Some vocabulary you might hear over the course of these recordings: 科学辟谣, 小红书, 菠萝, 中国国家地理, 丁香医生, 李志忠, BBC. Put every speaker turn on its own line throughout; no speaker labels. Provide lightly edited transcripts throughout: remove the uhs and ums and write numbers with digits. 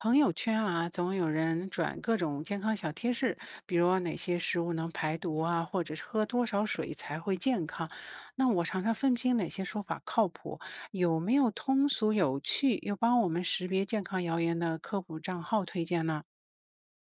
朋友圈啊，总有人转各种健康小贴士，比如哪些食物能排毒啊，或者是喝多少水才会健康。那我常常分不清哪些说法靠谱，有没有通俗有趣又帮我们识别健康谣言的科普账号推荐呢？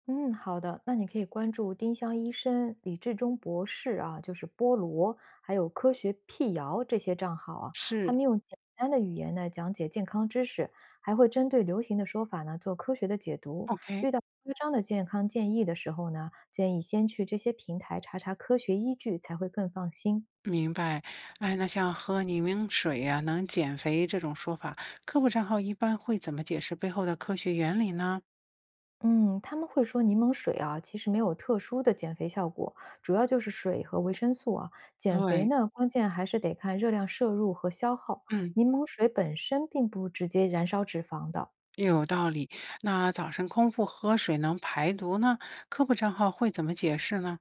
嗯，好的，那你可以关注丁香医生、李志忠博士啊，就是菠萝，还有科学辟谣这些账号啊，他
是，
们用简单的语言呢讲解健康知识，还会针对流行的说法呢做科学的解读。
OK，
遇到夸张的健康建议的时候呢，建议先去这些平台查查科学依据，才会更放心。
明白。哎，那像喝柠檬水啊能减肥这种说法，科普账号一般会怎么解释背后的科学原理呢？
嗯，他们会说柠檬水啊，其实没有特殊的减肥效果，主要就是水和维生素啊。减肥
对，
呢，关键还是得看热量摄入和消耗。
嗯。
柠檬水本身并不直接燃烧脂肪的，
有道理。那早晨空腹喝水能排毒呢？科普账号会怎么解释呢？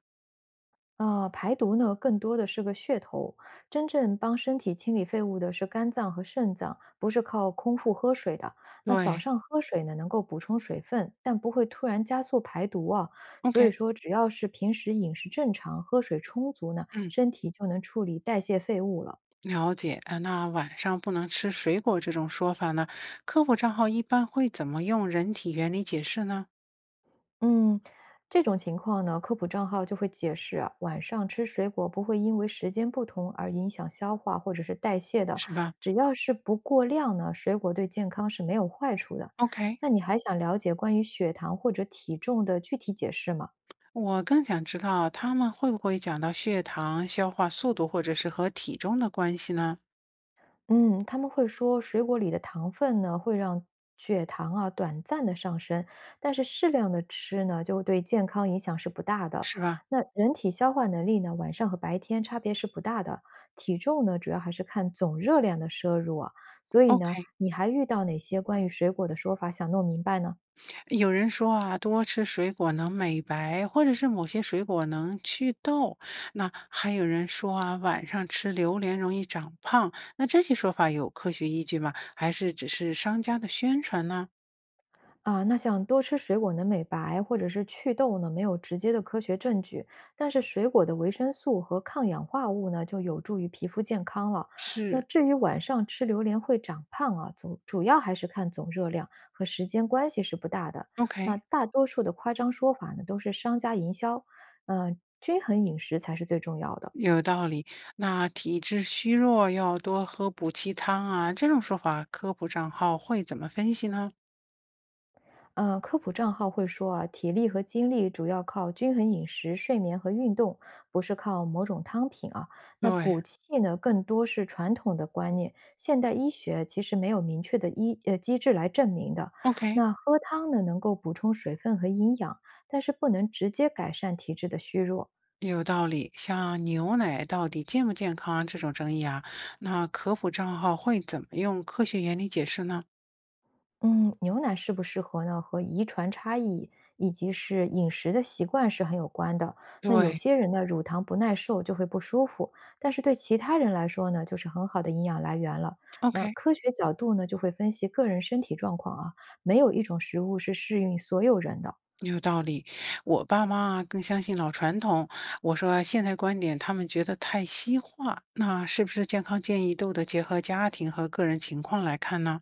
排毒呢，更多的是个噱头。真正帮身体清理废物的是肝脏和肾脏，不是靠空腹喝水的。那早
对
上喝水呢，能够补充水分，但不会突然加速排毒啊。所
，OK，
以说，只要是平时饮食正常，喝水充足呢，
嗯，
身体就能处理代谢废物了。
了解。那晚上不能吃水果这种说法呢？科普账号一般会怎么用人体原理解释呢？
嗯，这种情况呢，科普账号就会解释啊晚上吃水果不会因为时间不同而影响消化或者是代谢的，
是吧
只要是不过量呢，水果对健康是没有坏处的。
？OK，
那你还想了解关于血糖或者体重的具体解释吗？
我更想知道他们会不会讲到血糖、消化速度或者是和体重的关系呢？
嗯，他们会说水果里的糖分呢，会让血糖啊短暂的上升，但是适量的吃呢，就对健康影响是不大的。
是吧
那人体消化能力呢，晚上和白天差别是不大的。体重呢，主要还是看总热量的摄入啊。所以呢，
？OK，
你还遇到哪些关于水果的说法想弄明白呢？
有人说啊，多吃水果能美白，或者是某些水果能祛痘。那还有人说啊，晚上吃榴莲容易长胖。那这些说法有科学依据吗？还是只是商家的宣传呢？
啊，那像多吃水果能美白或者是祛痘呢，没有直接的科学证据，但是水果的维生素和抗氧化物呢，就有助于皮肤健康了。那
是，
至于晚上吃榴莲会长胖啊，总主要还是看总热量和时间关系是不大的。那
OK，
大多数的夸张说法呢，都是商家营销，嗯、均衡饮食才是最重要的。
有道理。那体质虚弱要多喝补气汤啊，这种说法，科普账号会怎么分析呢？
科普账号会说啊，体力和精力主要靠均衡饮食、睡眠和运动，不是靠某种汤品啊。那
对。
补气呢，更多是传统的观念，现代医学其实没有明确的医机制来证明的。
OK，
那喝汤呢，能够补充水分和营养，但是不能直接改善体质的虚弱。
有道理，像牛奶到底健不健康这种争议啊，那科普账号会怎么用科学原理解释呢？
嗯，牛奶适不适合呢，和遗传差异以及是饮食的习惯是很有关的。那有
对
些人呢，乳糖不耐受就会不舒服，但是对其他人来说呢，就是很好的营养来源了。那
，OK，
科学角度呢，就会分析个人身体状况啊，没有一种食物是适应所有人的。
有道理。我爸妈啊更相信老传统，我说现代观点，他们觉得太西化。那是不是健康建议都得结合家庭和个人情况来看呢？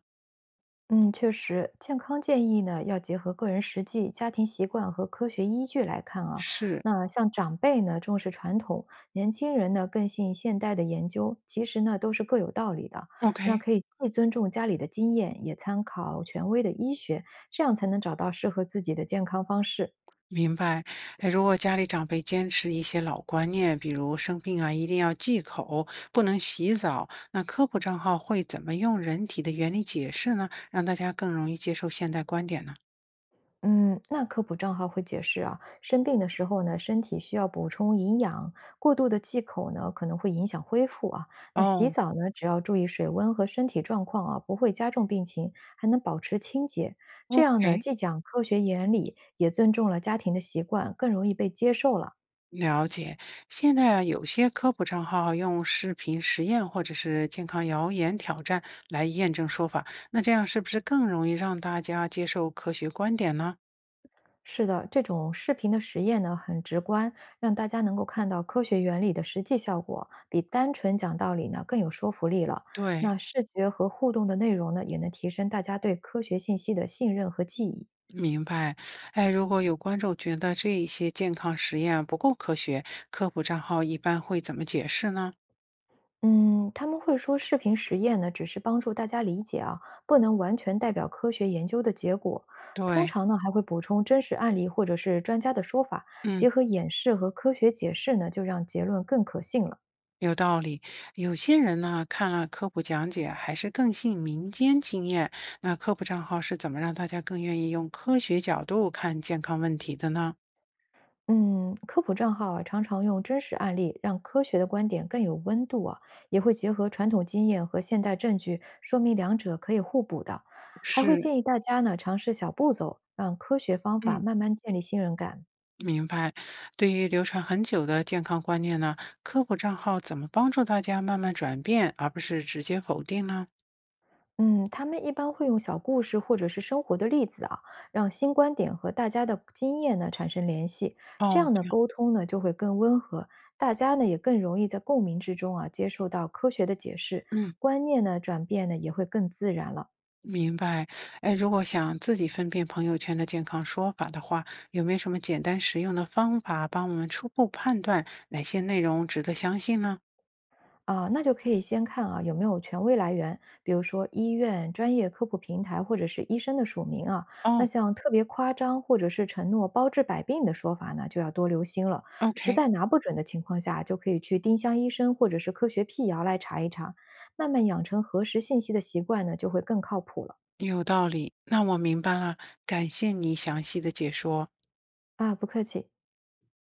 嗯，确实，健康建议呢，要结合个人实际、家庭习惯和科学依据来看啊。
是
那像长辈呢，重视传统，年轻人呢，更信现代的研究，其实呢，都是各有道理的。那
，OK。
可以既尊重家里的经验，也参考权威的医学，这样才能找到适合自己的健康方式。
明白，哎，如果家里长辈坚持一些老观念，比如生病啊一定要忌口，不能洗澡，那科普账号会怎么用人体的原理解释呢？让大家更容易接受现代观点呢？
嗯，那科普账号会解释啊，生病的时候呢，身体需要补充营养，过度的忌口呢可能会影响恢复啊。那洗
哦
澡呢，只要注意水温和身体状况啊，不会加重病情，还能保持清洁。这样呢，
，OK，
既讲科学原理，也尊重了家庭的习惯，更容易被接受了。
了解。现在啊，有些科普账号用视频实验或者是健康谣言挑战来验证说法，那这样是不是更容易让大家接受科学观点呢？
是的，这种视频的实验呢很直观，让大家能够看到科学原理的实际效果，比单纯讲道理呢更有说服力了。
对。
那视觉和互动的内容呢，也能提升大家对科学信息的信任和记忆。
明白，哎，如果有观众觉得这一些健康实验不够科学，科普账号一般会怎么解释呢？
嗯，他们会说视频实验呢，只是帮助大家理解啊，不能完全代表科学研究的结果。通
对，
常呢，还会补充真实案例或者是专家的说法，
嗯，
结合演示和科学解释呢，就让结论更可信了。
有道理。有些人呢，看了科普讲解，还是更信民间经验。那科普账号是怎么让大家更愿意用科学角度看健康问题的呢？
嗯，科普账号啊，常常用真实案例让科学的观点更有温度啊，也会结合传统经验和现代证据，说明两者可以互补的。还会
是，
建议大家呢尝试小步骤，让科学方法
嗯，
慢慢建立信任感。
明白。对于流传很久的健康观念呢，科普账号怎么帮助大家慢慢转变，而不是直接否定呢？
嗯，他们一般会用小故事或者是生活的例子啊，让新观点和大家的经验呢产生联系，这
哦，
样的
对，
沟通呢就会更温和，大家呢也更容易在共鸣之中啊接受到科学的解释，
嗯。
观念呢转变呢也会更自然了。
明白，哎，如果想自己分辨朋友圈的健康说法的话，有没有什么简单实用的方法帮我们初步判断哪些内容值得相信呢？
啊，那就可以先看啊有没有权威来源，比如说医院、专业科普平台或者是医生的署名啊。那
哦
像特别夸张或者是承诺包治百病的说法呢，就要多留心了。实
，OK，
在拿不准的情况下，就可以去丁香医生或者是科学辟谣来查一查，慢慢养成核实信息的习惯呢，就会更靠谱了。
有道理，那我明白了，感谢你详细的解说。
啊，不客气。